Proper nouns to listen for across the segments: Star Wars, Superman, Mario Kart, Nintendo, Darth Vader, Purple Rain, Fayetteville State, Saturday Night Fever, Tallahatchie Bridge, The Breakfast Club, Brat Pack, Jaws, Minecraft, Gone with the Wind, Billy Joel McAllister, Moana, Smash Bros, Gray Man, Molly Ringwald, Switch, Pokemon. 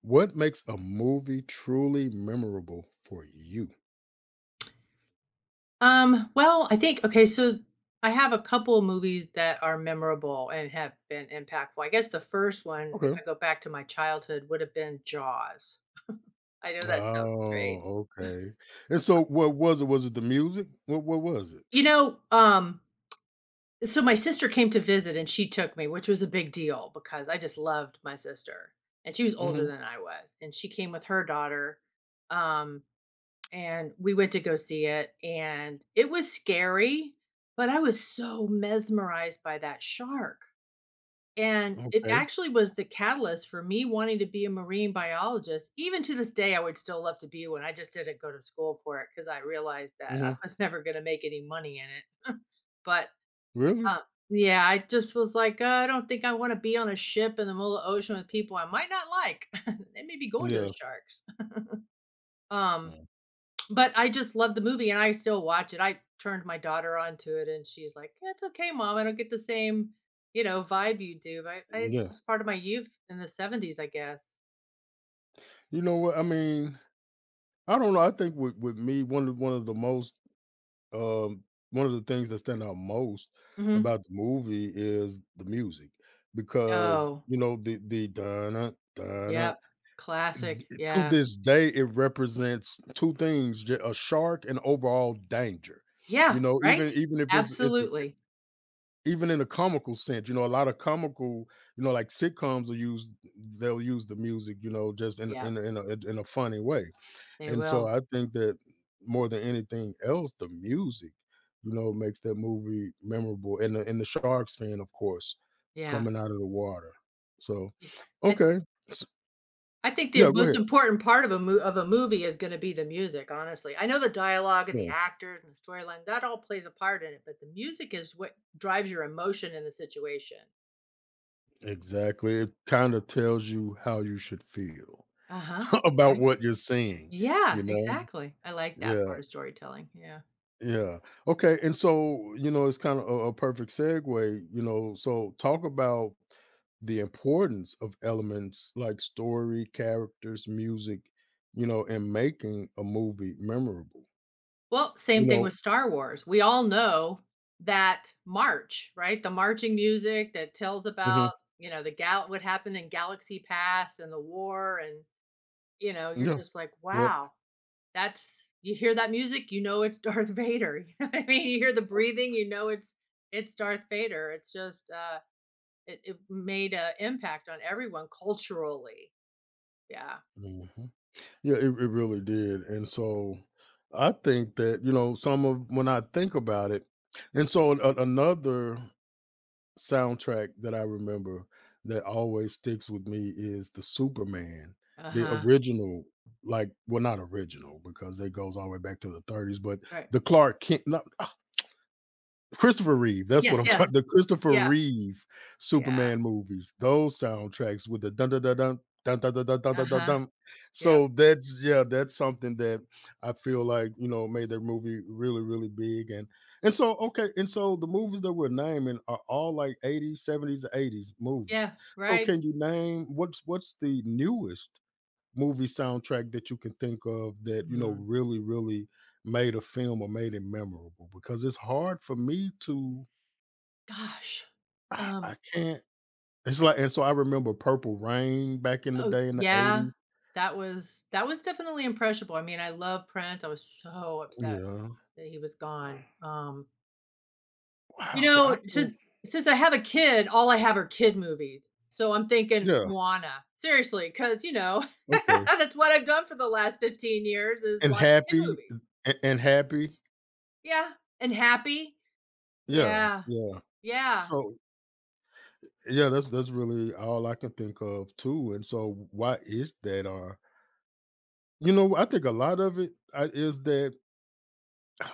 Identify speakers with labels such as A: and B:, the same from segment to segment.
A: What makes a movie truly memorable for you?
B: Well, I think, okay, so I have a couple movies that are memorable and have been impactful. I guess the first one, if
A: Okay.
B: I go back to my childhood, would have been Jaws. I know that sounds strange.
A: Oh, okay. And so what was it? Was it the music? What was it?
B: You know, um, so my sister came to visit, and she took me, which was a big deal because I just loved my sister. And she was older
A: Hmm.
B: than I was. And she came with her daughter. Um, and we went to go see it. And it was scary, but I was so mesmerized by that shark. And it
A: Okay.
B: actually was the catalyst for me wanting to be a marine biologist. Even to this day, I would still love to be one. I just didn't go to school for it because I realized that
A: Hmm.
B: I was never going to make any money in it. But
A: Really?
B: uh, yeah, I just was like, I don't think I want to be on a ship in the middle of the ocean with people I might not like. They may be going to the
A: Yeah.
B: sharks. Um,
A: Mm.
B: but I just love the movie, and I still watch it. I turned my daughter onto it, and she's like, "Yeah, it's okay, mom. I don't get the same, vibe you do, but it's
A: Yeah.
B: just part of my youth in the 70s, I guess."
A: You know what? I mean, I don't know. I think with me, one of the most um one of the things that stand out most
B: Mhm.
A: about the movie is the music because
B: Oh,
A: you know the dun dun.
B: yep. Classic.
A: To
B: Yeah.
A: this day, it represents 2 things, j a shark and overall danger, you
B: Yeah,
A: know,
B: right?
A: even if it's
B: Absolutely.
A: even in a comical sense, you know, a lot of comical, you know, like sitcoms will use they'll use the music, you know, just in
B: Yeah,
A: in a funny way,
B: they
A: and so
B: will.
A: I think that more than anything else, the music, you know, makes that movie memorable, and the sharks fan, of course,
B: Yeah.
A: coming out of the water, so
B: Y I
A: okay, s
B: I think the
A: yeah, go
B: most
A: ahead.
B: important part of a mo of a movie is gonna be the music, honestly. I know the dialogue and the
A: Yeah.
B: actors and the storyline, that all plays a part in it, but the music is what drives your emotion in the situation.
A: Exactly. It kind of tells you how you should feel
B: Uh-huh,
A: about
B: exactly.
A: what you're seeing,
B: Yeah,
A: you know?
B: exactly. I like that part
A: Yeah.
B: of storytelling, yeah.
A: Yeah. Okay. And so, it's kind of a perfect segue, So, talk about the importance of elements like story, characters, music, you know, in making a movie memorable,
B: Well,
A: you
B: same thing
A: know?
B: with Star Wars. We all know that march, right? The marching music that tells
A: Hmm.
B: about, the gal what happened in Galaxy Pass and the war, and, you're
A: Yeah.
B: just like,
A: Yep.
B: "Wow." That's you hear that music, you know it's Darth Vader, you know what I mean? You hear the breathing, you know it's Darth Vader. It's just, it made an impact on everyone culturally. Yeah.
A: Mm-hmm. Yeah, it really did. And so I think that, you know, some of when I think about it, and so another soundtrack that I remember that always sticks with me is the Superman, the
B: Uh-huh.
A: original, like, well, not original because it goes all the way back to the 30s, but
B: Right.
A: the Clark Kent. Not, Christopher Reeve, that's what
B: Yes,
A: I'm
B: yes.
A: trying the Christopher
B: Yeah.
A: Reeve
B: Yeah.
A: Superman movies, those soundtracks with the dun dun dun dun, dun dun dun dun dun dun dun
B: Uh-huh.
A: dun.
B: Yep.
A: So that's yeah, that's something that I feel like, you know, made their movie really, really big. And so okay, and so the movies that we're naming are all like 80s, 70s, 80s
B: Yeah,
A: movies. So
B: right.
A: can you name what's the newest movie soundtrack that you can think of that you know
B: Mm.
A: really really made a film or made it memorable, because it's hard for me to
B: Gosh.
A: I,
B: Um,
A: I can't, it's like, and so I remember Purple Rain back in the
B: oh,
A: day in the
B: yeah.
A: 80s.
B: That was definitely impressionable. I mean, I love Prince. I was so upset
A: Yeah.
B: that he was gone. You
A: Wow. So
B: know,
A: I
B: since
A: can't.
B: since I have a kid, all I have are kid movies. So I'm thinking
A: Yeah,
B: Moana, seriously, because,
A: okay.
B: that's what I've done for the last 15 years is
A: And
B: watch kid
A: happy.
B: movies.
A: And happy.
B: Yeah, and Happy.
A: Yeah,
B: Yeah,
A: yeah.
B: yeah.
A: So yeah, that's really all I can think of too. And so why is that? Or you know, I think a lot of it is that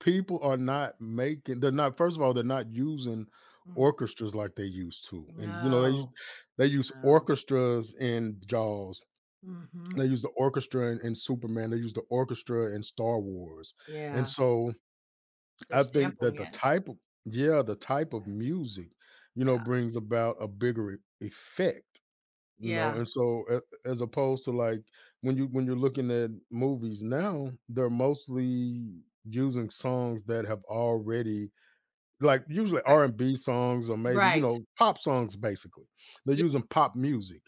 A: people are not making, they're not, first of all, they're not using
B: Mm,
A: orchestras like they used to. And you know they use,
B: no.
A: they use
B: No.
A: orchestras in Jaws,
B: Mhm.
A: they use the orchestra in Superman, they use the orchestra in Star Wars. And
B: Yeah,
A: so
B: they're
A: I think
B: sampling
A: that the
B: it.
A: type of, yeah, the type of music, you know,
B: Yeah.
A: brings about a bigger effect, you know.
B: Yeah.
A: And so as opposed to like when you're looking at movies now, they're mostly using songs that have already, like usually
B: Right.
A: R&B songs or maybe, you
B: Right.
A: know, pop songs basically. They're
B: Ye
A: using pop music.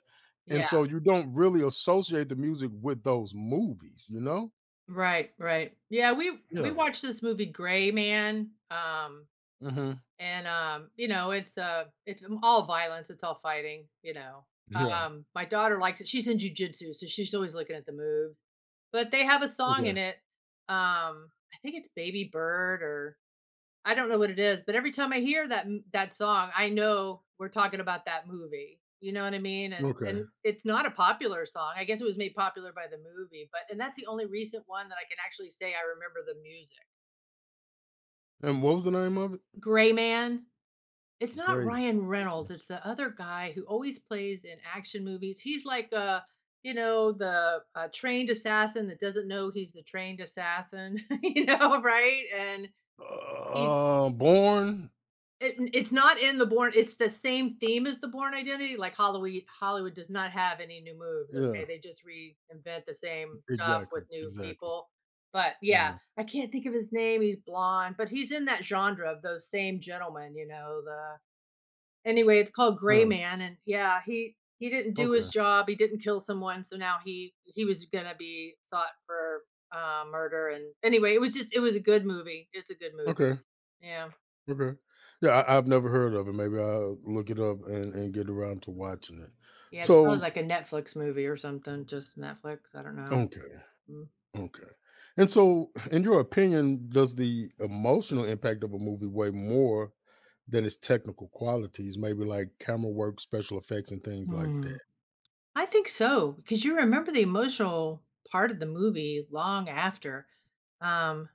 A: And
B: yeah.
A: so you don't really associate the music with those movies, you know?
B: Right, right. Yeah, we
A: Yeah.
B: watched this movie, Gray Man.
A: Mhm.
B: And, it's all violence, it's all fighting.
A: Yeah.
B: My daughter likes it. She's in jujitsu, so she's always looking at the moves. But they have a song in
A: Okay.
B: it. I think it's Baby Bird, or I don't know what it is, but every time I hear that song, I know we're talking about that movie. You know what I mean? And
A: Okay.
B: it's not a popular song. I guess it was made popular by the movie, but and that's the only recent one that I can actually say I remember the music.
A: And what was the name of it?
B: Gray Man. It's not
A: Gray Man.
B: Ryan
A: Okay.
B: Reynolds, it's the other guy who always plays in action movies. He's like the trained assassin that doesn't know he's the trained assassin, right? And he's
A: Born.
B: it it's not in the born. It's the same theme as the born Identity, like, Hollywood does not have any new moves,
A: Yeah.
B: okay? They just reinvent the same stuff with
A: Exactly.
B: new
A: Exactly.
B: people. But, yeah,
A: Yeah.
B: I can't think of his name, he's blonde, but he's in that genre of those same gentlemen, you know, the anyway, it's called Gray
A: Yeah.
B: Man. And yeah, he didn't do his
A: Okay.
B: job, he didn't kill someone, so now he was gonna be sought for murder. And anyway, it was just, it was a good movie, it's a good movie.
A: Okay.
B: Yeah.
A: Okay. Yeah, I've never heard of it. Maybe I'll look it up and get around to watching it.
B: Yeah, it's probably
A: So,
B: like a Netflix movie or something, just Netflix, I don't know.
A: okay.
B: Mm.
A: Okay. And so, in your opinion, does the emotional impact of a movie weigh more than its technical qualities, maybe like camera work, special effects, and things like
B: Hmm.
A: that?
B: I think so because you remember the emotional part of the movie long after. Um,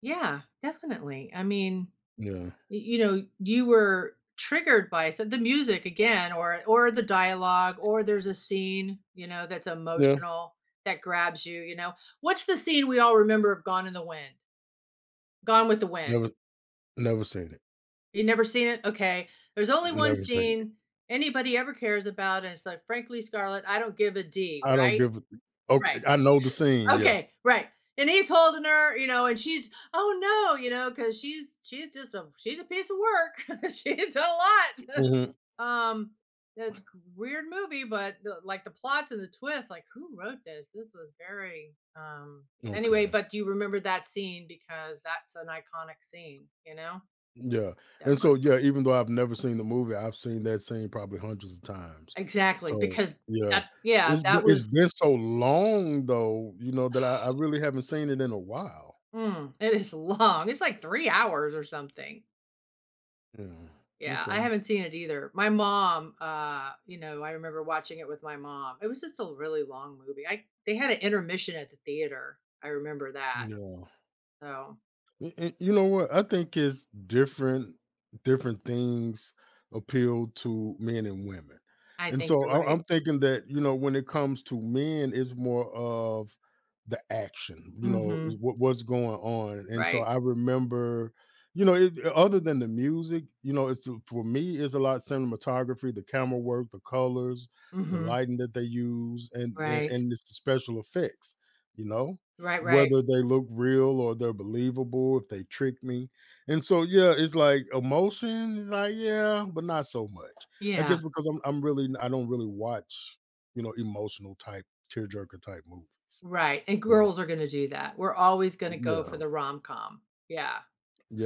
B: yeah, definitely, I mean,
A: Yeah.
B: you were triggered by the music again, or the dialogue, or there's a scene, that's
A: Yeah.
B: emotional that grabs you you know What's the scene we all remember of Gone with the Wind?
A: Never, never seen it.
B: You never seen it? Okay. There's only one
A: Never seen it.
B: scene anybody ever cares about, and it's like, "Frankly, Scarlett, I don't give a d,"
A: I don't
B: right?
A: give a,
B: Right.
A: okay. I know the scene, yeah.
B: Okay, right. And he's holding her, and she's, "Oh no," because she's a piece of work. She's done a lot.
A: Hmm.
B: Um, it's weird movie, but, like the plots and the twists, like who wrote this? This was very, anyway,
A: Okay.
B: but you remember that scene because that's an iconic scene, you know?
A: Yeah.
B: The
A: And so
B: emotional.
A: yeah, even though I've never seen the movie, I've seen that scene probably hundreds of times.
B: Exactly,
A: So
B: because
A: yeah.
B: that yeah,
A: It's, but it's been so long though, you know, that I really haven't seen it in a while.
B: it is long. It's like 3 hours or something.
A: Yeah.
B: Yeah, I
A: Okay.
B: haven't seen it either. My mom, you know, I remember watching it with my mom. It was just a really long movie. I They had an intermission at the theater. I remember that.
A: Yeah.
B: So,
A: And you know what? I think it's different. Different things appeal to men and women,
B: I
A: and
B: think
A: so
B: you're
A: I,
B: right.
A: I'm thinking that you know when it comes to men, it's more of the action. You know is
B: Mhm.
A: what's going on, and so
B: Right.
A: I remember. You know, it, other than the music, you know, it's for me, it's a lot cinematography, the camera work, the colors, the
B: Mhm.
A: lighting that they use, and and,
B: Right.
A: and it's the special effects. You know,
B: Right, right.
A: whether they look real or they're believable, if they trick me. And so yeah, it's like emotion is like, yeah, but not so much. I
B: Yeah.
A: guess because I'm really I don't really watch, you know, emotional type tearjerker type movies.
B: Right, and
A: So
B: girls are gonna do that. We're always gonna go for
A: yeah.
B: the rom-com. Yeah,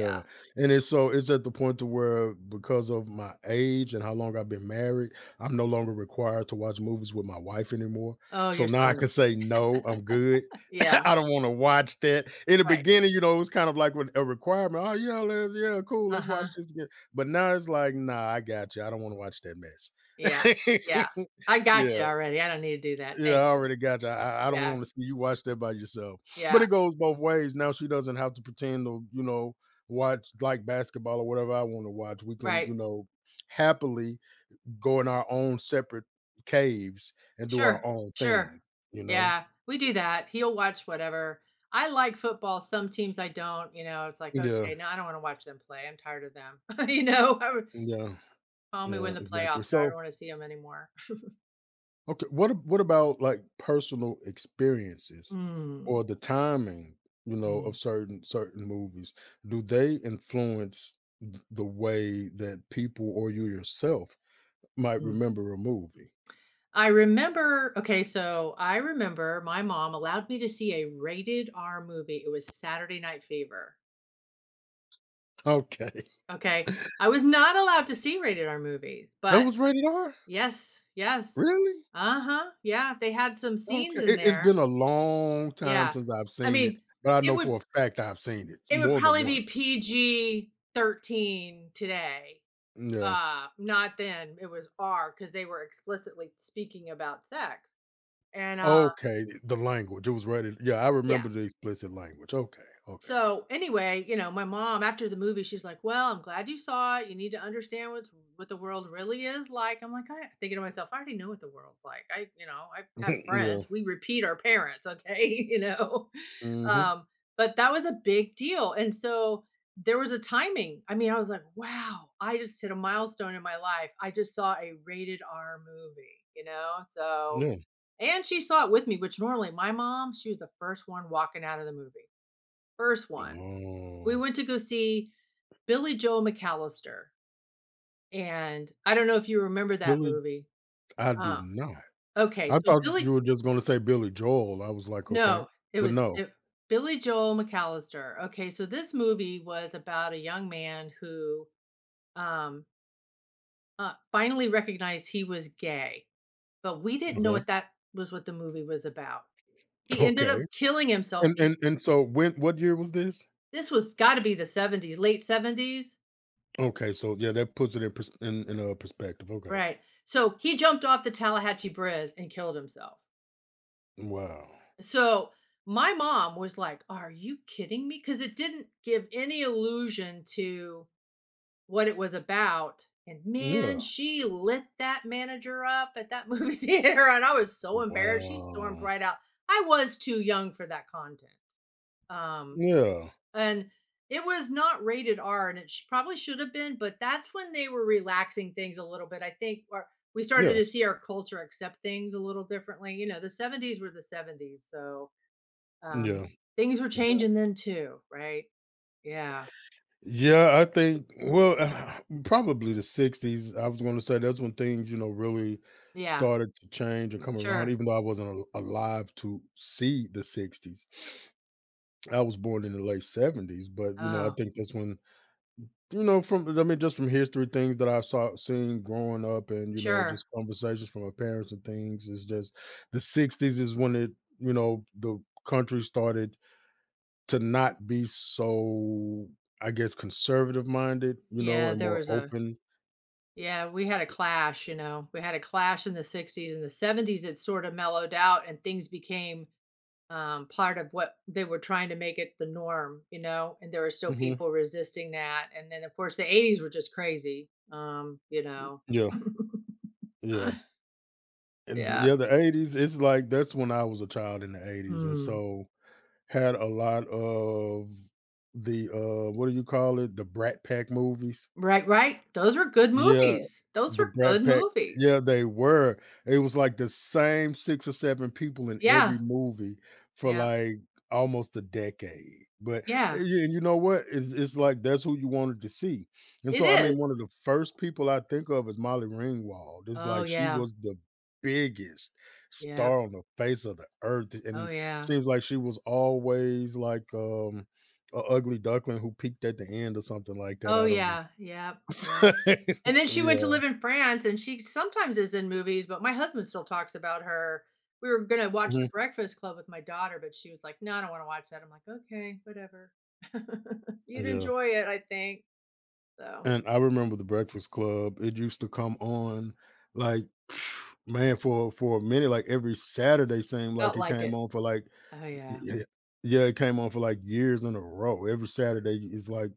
B: yeah.
A: and it's so it's at the point to where because of my age and how long I've been married, I'm no longer required to watch movies with my wife anymore.
B: Oh,
A: So
B: you're
A: now
B: so
A: I can
B: lucky.
A: say no, I'm good.
B: Yeah,
A: I don't want to watch that. In the
B: right.
A: beginning, you know, it was kind of like with a requirement. Oh yeah, let's, yeah, cool, let's watch
B: Uh-huh.
A: this again. But now it's like, nah, I got you. I don't want to watch that
B: Yeah, yeah.
A: mess.
B: I got you
A: yeah,
B: already. I don't need to do that.
A: yeah,
B: Thank
A: I
B: you.
A: already got you. I don't
B: Yeah,
A: wanna see you watch that by yourself. But
B: yeah.
A: it goes both ways. Now she doesn't have to pretend to, you know, watch, like, basketball or whatever I wanna watch. We can, you
B: Right.
A: know, happily go in our own separate caves and do
B: Sure,
A: our own
B: sure.
A: thing, you know?
B: Yeah, we do that. He'll watch whatever. I like football, some teams I don't, you know, it's like,
A: Yeah,
B: "Okay, no, I don't wanna watch them play. I'm tired of them." You know?
A: yeah,
B: Call me when
A: yeah,
B: the
A: exactly.
B: playoffs are, I don't
A: So
B: wanna see them anymore.
A: okay, what ab what about, like, personal experiences
B: Mm,
A: or the timing, you know, of
B: mm,
A: certain movies? Do they influence th the way that people or you yourself might
B: mm.
A: remember a movie?
B: I remember Okay, so I remember my mom allowed me to see a rated R movie. It was Saturday Night Fever,
A: Okay.
B: okay? I was not allowed to see rated R movies, but
A: That was rated R?
B: yes, yes.
A: Really?
B: Uh-huh, yeah, they had some
A: Okay,
B: scenes in
A: it it's
B: there.
A: been a long time
B: Yeah.
A: since I've
B: I
A: seen
B: mean,
A: it, but I
B: it
A: know
B: would
A: for a fact I've seen it
B: it would
A: more than
B: probably
A: once.
B: be PG-13 today.
A: Yeah.
B: Not then, it was R because they were explicitly speaking about sex, and,
A: Okay, the language, it was rated yeah, I
B: yeah.
A: remember the explicit language. Okay, okay.
B: So anyway, my mom after the movie, she's like, "Well, I'm glad you saw it. You need to understand what the world really is like." I'm like, I thinking to myself, I already know what the world's like. I have
A: Yeah,
B: friends. We repeat our parents, okay, you know.
A: mhm.
B: Um, but that was a big deal, and so there was a timing. I mean, I was like, "Wow, I just hit a milestone in my life. I just saw a rated R movie," you know. So
A: No.
B: and she saw it with me, which normally my mom, she was the first one walking out of the movie. First one we
A: Oh,
B: went to go see Billy Joel McAllister, and I don't know if you remember that
A: Billy,
B: movie.
A: I do
B: Uh,
A: not.
B: okay,
A: I
B: so
A: thought
B: Billy
A: you were just gonna say Billy Joel. I was like, "Okay,"
B: no, it
A: but
B: was
A: no.
B: it Billy Joel McAllister. Okay, so this movie was about a young man who, um, finally recognized he was gay, but we didn't know
A: Okay.
B: what that was what the movie was about. He ended
A: Okay.
B: up killing himself.
A: And and and so when what year was this?
B: This was got to be the 70s, late 70s,
A: Okay, so yeah, that puts it in pers in, a perspective, okay.
B: right? So he jumped off the Tallahatchie Bridge and killed himself.
A: Wow.
B: So my mom was like, "Are you kidding me?" Because it didn't give any allusion to what it was about. And man,
A: Yeah.
B: she lit that manager up at that movie theater, and I was so embarrassed. She stormed
A: Wow.
B: right out. I was too young for that content, um,
A: Yeah.
B: and it was not rated R, and probably should have been. But that's when they were relaxing things a little bit. I think, or we started
A: Yeah.
B: to see our culture accept things a little differently. You know, the '70s were the '70s, so, um, things were
A: Yeah.
B: changing then too, right? Yeah.
A: Yeah, I think well, probably the '60s. I was going to say that's when things, you know, really
B: Yeah.
A: started to change and come around.
B: Sure.
A: Even though I wasn't alive to see the '60s, I was born in the late '70s. But you know, I
B: Oh,
A: think that's when you know, from I mean, just from history, things that I saw seen growing up, and you know,
B: sure.
A: just conversations from my parents and things. It's just the '60s is when it, you know, the country started to not be so, I guess, conservative minded, you know,
B: Yeah,
A: and
B: there
A: more
B: was a
A: open.
B: yeah, we had a clash, you know. We had a clash in the 60s, and the 70s it sort of mellowed out, and things became part of what they were trying to make it the norm, you know, and there were still
A: Hmm.
B: people resisting that. And then of course the 80s were just crazy.
A: Yeah, yeah. And
B: Yeah.
A: yeah, the 80s, it's like that's when I was a child in the 80s. And
B: Mm.
A: so had a lot of the what do you call it? The Brat Pack movies.
B: Right, right. Those were good
A: Yeah,
B: movies. Those
A: the
B: were
A: Brat
B: good
A: Pack,
B: movies.
A: yeah, they were. It was like the same 6 or 7 people in every
B: Yeah.
A: movie for,
B: Yeah.
A: like, almost a decade, but
B: Yeah.
A: and you know what? It's like that's who you wanted to see, and
B: It
A: so, I mean,
B: is.
A: one of the first people I think of is Molly Ringwald. It's
B: Oh,
A: like she
B: yeah.
A: was the biggest
B: Yeah.
A: star on the face of the earth,
B: Oh,
A: and
B: yeah.
A: seems like she was always like, a ugly duckling who peaked at the end or something like that,
B: Oh,
A: I don't know.
B: yeah. Yeah, yeah. And then she went to
A: Yeah.
B: live in France, and she sometimes is in movies, but my husband still talks about her. We were gonna watch The
A: Mhm.
B: Breakfast Club with my daughter, but she was like, "No, I don't want to watch that." I'm like, "Okay, whatever." You'd
A: Yeah.
B: enjoy it, I think. So
A: And I remember The Breakfast Club, it used to come on like, man, for a minute, like every Saturday seemed
B: felt
A: like it
B: like
A: came
B: it.
A: on for like
B: Oh,
A: y-
B: yeah.
A: y- yeah, it came on for like years in a row. Every Saturday is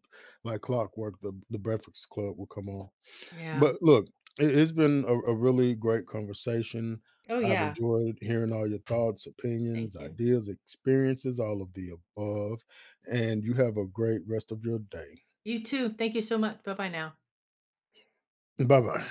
A: like clockwork. The Breakfast Club will come on.
B: Yeah.
A: But look, it's been a really great conversation.
B: Oh,
A: I've
B: yeah.
A: enjoyed hearing all your thoughts, opinions,
B: Thank you.
A: ideas, experiences, all of the above. And you have a great rest of your day.
B: You too. Thank you so much. Bye bye now.
A: Bye bye.